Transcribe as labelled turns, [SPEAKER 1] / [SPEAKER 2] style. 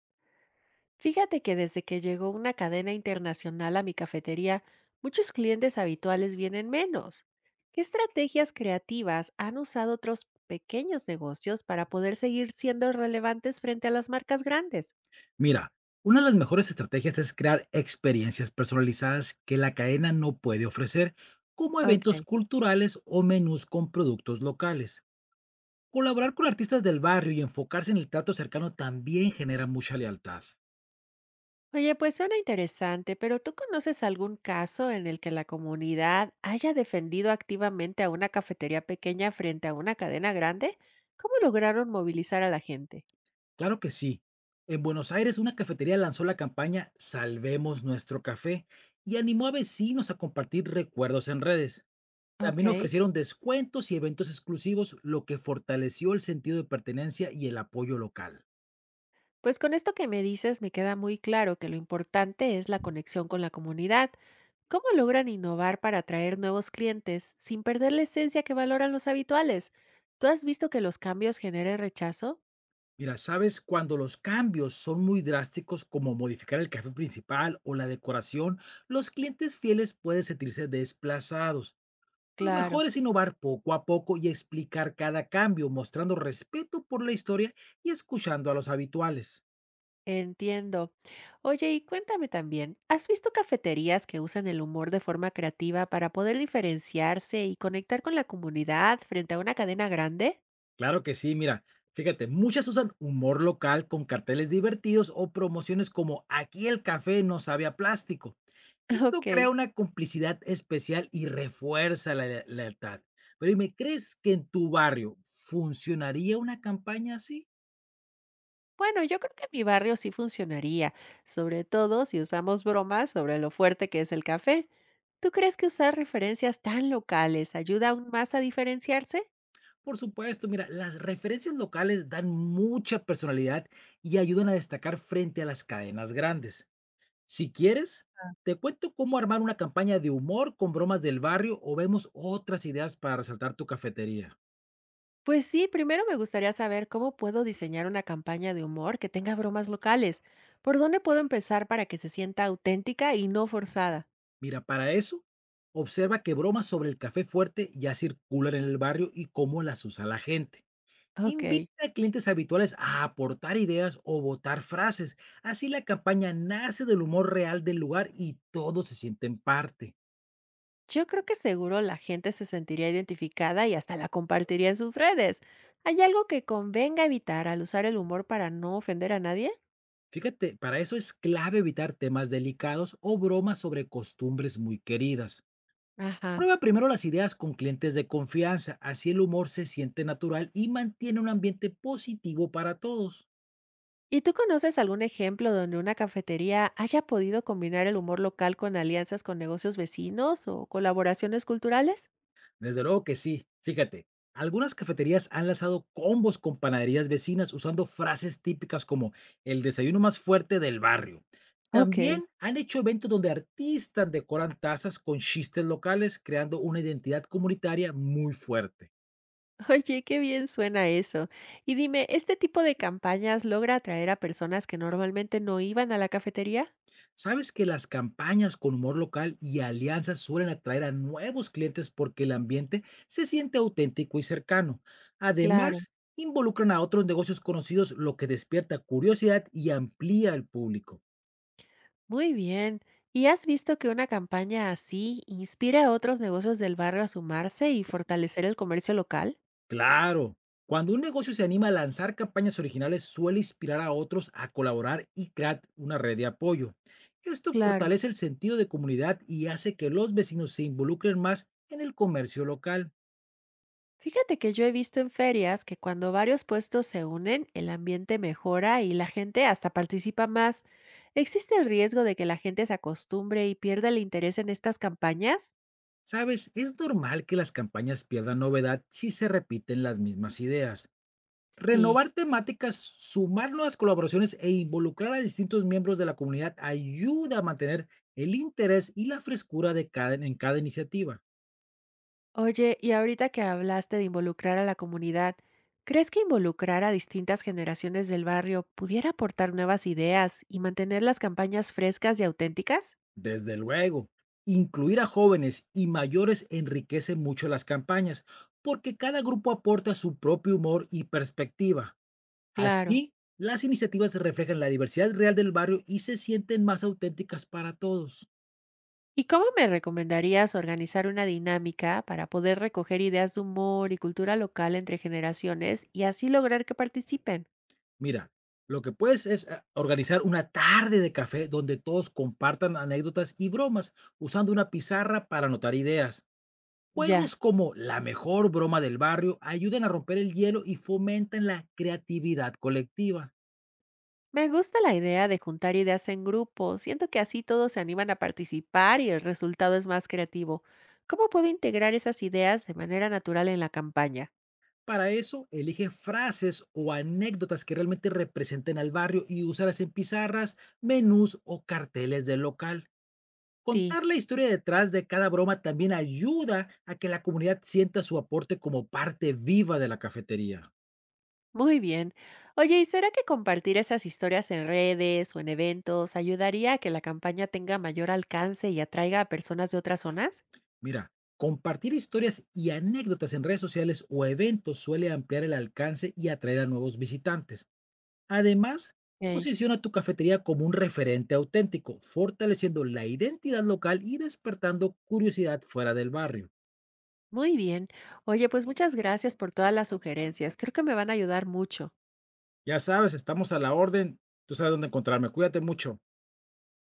[SPEAKER 1] Fíjate que desde que llegó una cadena internacional a mi cafetería, muchos clientes habituales vienen menos. ¿Qué estrategias creativas han usado otros pequeños negocios para poder seguir siendo relevantes frente a las marcas grandes?
[SPEAKER 2] Mira, una de las mejores estrategias es crear experiencias personalizadas que la cadena no puede ofrecer, como
[SPEAKER 1] Ok.
[SPEAKER 2] eventos culturales o menús con productos locales. Colaborar con artistas del barrio y enfocarse en el trato cercano también genera mucha lealtad.
[SPEAKER 1] Oye, pues suena interesante, pero ¿tú conoces algún caso en el que la comunidad haya defendido activamente a una cafetería pequeña frente a una cadena grande? ¿Cómo lograron movilizar a la gente?
[SPEAKER 2] Claro que sí. En Buenos Aires, una cafetería lanzó la campaña Salvemos nuestro café y animó a vecinos a compartir recuerdos en redes.
[SPEAKER 1] Ok.
[SPEAKER 2] También ofrecieron descuentos y eventos exclusivos, lo que fortaleció el sentido de pertenencia y el apoyo local.
[SPEAKER 1] Pues con esto que me dices me queda muy claro que lo importante es la conexión con la comunidad. ¿Cómo logran innovar para atraer nuevos clientes sin perder la esencia que valoran los habituales? ¿Tú has visto que los cambios generen rechazo?
[SPEAKER 2] Mira, sabes, cuando los cambios son muy drásticos, como modificar el café principal o la decoración, los clientes fieles pueden sentirse desplazados. Lo mejor
[SPEAKER 1] Claro,
[SPEAKER 2] es innovar poco a poco y explicar cada cambio, mostrando respeto por la historia y escuchando a los habituales.
[SPEAKER 1] entiendo. Oye, y cuéntame también, ¿has visto cafeterías que usan el humor de forma creativa para poder diferenciarse y conectar con la comunidad frente a una cadena grande?
[SPEAKER 2] Claro que sí, mira, fíjate, muchas usan humor local con carteles divertidos o promociones como aquí el café no sabe a plástico. Esto
[SPEAKER 1] Ok.
[SPEAKER 2] crea una complicidad especial y refuerza la lealtad. Pero dime, ¿crees que en tu barrio funcionaría una campaña así?
[SPEAKER 1] Bueno, yo creo que en mi barrio sí funcionaría, sobre todo si usamos bromas sobre lo fuerte que es el café. ¿Tú crees que usar referencias tan locales ayuda aún más a diferenciarse?
[SPEAKER 2] Por supuesto, mira, las referencias locales dan mucha personalidad y ayudan a destacar frente a las cadenas grandes. Si quieres, te cuento cómo armar una campaña de humor con bromas del barrio o vemos otras ideas para resaltar tu cafetería.
[SPEAKER 1] Pues sí, primero me gustaría saber cómo puedo diseñar una campaña de humor que tenga bromas locales. ¿Por dónde puedo empezar para que se sienta auténtica y no forzada?
[SPEAKER 2] Mira, para eso, observa qué bromas sobre el café fuerte ya circulan en el barrio y cómo las usa la gente.
[SPEAKER 1] Ok,
[SPEAKER 2] Invita a clientes habituales a aportar ideas o votar frases. Así la campaña nace del humor real del lugar y todos se sienten parte.
[SPEAKER 1] yo creo que seguro la gente se sentiría identificada y hasta la compartiría en sus redes. ¿Hay algo que convenga evitar al usar el humor para no ofender a nadie?
[SPEAKER 2] Fíjate, para eso es clave evitar temas delicados o bromas sobre costumbres muy queridas.
[SPEAKER 1] Ajá.
[SPEAKER 2] Prueba primero las ideas con clientes de confianza, así el humor se siente natural y mantiene un ambiente positivo para todos.
[SPEAKER 1] ¿Y tú conoces algún ejemplo donde una cafetería haya podido combinar el humor local con alianzas con negocios vecinos o colaboraciones culturales?
[SPEAKER 2] Desde luego que sí, fíjate, algunas cafeterías han lanzado combos con panaderías vecinas usando frases típicas como el desayuno más fuerte del barrio.
[SPEAKER 1] Ok.
[SPEAKER 2] También han hecho eventos donde artistas decoran tazas con chistes locales, creando una identidad comunitaria muy fuerte.
[SPEAKER 1] Oye, qué bien suena eso. Y dime, ¿este tipo de campañas logra atraer a personas que normalmente no iban a la cafetería?
[SPEAKER 2] ¿Sabes que las campañas con humor local y alianzas suelen atraer a nuevos clientes porque el ambiente se siente auténtico y cercano?
[SPEAKER 1] Claro.
[SPEAKER 2] Además, involucran a otros negocios conocidos, lo que despierta curiosidad y amplía el público.
[SPEAKER 1] Muy bien. ¿Y has visto que una campaña así inspira a otros negocios del barrio a sumarse y fortalecer el comercio local?
[SPEAKER 2] Claro, cuando un negocio se anima a lanzar campañas originales, suele inspirar a otros a colaborar y crear una red de apoyo. Esto
[SPEAKER 1] Claro.
[SPEAKER 2] fortalece el sentido de comunidad y hace que los vecinos se involucren más en el comercio local.
[SPEAKER 1] Fíjate que yo he visto en ferias que cuando varios puestos se unen, el ambiente mejora y la gente hasta participa más. ¿Existe el riesgo de que la gente se acostumbre y pierda el interés en estas campañas?
[SPEAKER 2] Sabes, es normal que las campañas pierdan novedad si se repiten las mismas ideas.
[SPEAKER 1] Sí.
[SPEAKER 2] Renovar temáticas, sumar nuevas colaboraciones e involucrar a distintos miembros de la comunidad ayuda a mantener el interés y la frescura de en cada iniciativa.
[SPEAKER 1] Oye, y ahorita que hablaste de involucrar a la comunidad, ¿crees que involucrar a distintas generaciones del barrio pudiera aportar nuevas ideas y mantener las campañas frescas y auténticas?
[SPEAKER 2] Desde luego, incluir a jóvenes y mayores enriquece mucho las campañas porque cada grupo aporta su propio humor y perspectiva.
[SPEAKER 1] Claro.
[SPEAKER 2] Así, las iniciativas reflejan la diversidad real del barrio y se sienten más auténticas para todos.
[SPEAKER 1] ¿Y cómo me recomendarías organizar una dinámica para poder recoger ideas de humor y cultura local entre generaciones y así lograr que participen?
[SPEAKER 2] Mira, lo que puedes es organizar una tarde de café donde todos compartan anécdotas y bromas, usando una pizarra para anotar ideas.
[SPEAKER 1] Ya,
[SPEAKER 2] Juegos como la mejor broma del barrio ayudan a romper el hielo y fomentan la creatividad colectiva.
[SPEAKER 1] me gusta la idea de juntar ideas en grupo. Siento que así todos se animan a participar y el resultado es más creativo. ¿Cómo puedo integrar esas ideas de manera natural en la campaña?
[SPEAKER 2] Para eso, elige frases o anécdotas que realmente representen al barrio y úsalas en pizarras, menús o carteles del local.
[SPEAKER 1] Sí,
[SPEAKER 2] Contar la historia detrás de cada broma también ayuda a que la comunidad sienta su aporte como parte viva de la cafetería.
[SPEAKER 1] muy bien. Oye, ¿y será que compartir esas historias en redes o en eventos ayudaría a que la campaña tenga mayor alcance y atraiga a personas de otras zonas?
[SPEAKER 2] Mira, compartir historias y anécdotas en redes sociales o eventos suele ampliar el alcance y atraer a nuevos visitantes. Además, posiciona tu cafetería como un referente auténtico, fortaleciendo la identidad local y despertando curiosidad fuera del barrio.
[SPEAKER 1] Muy bien. Oye, pues muchas gracias por todas las sugerencias. Creo que me van a ayudar mucho.
[SPEAKER 2] Ya sabes, estamos a la orden. Tú sabes dónde encontrarme. Cuídate mucho.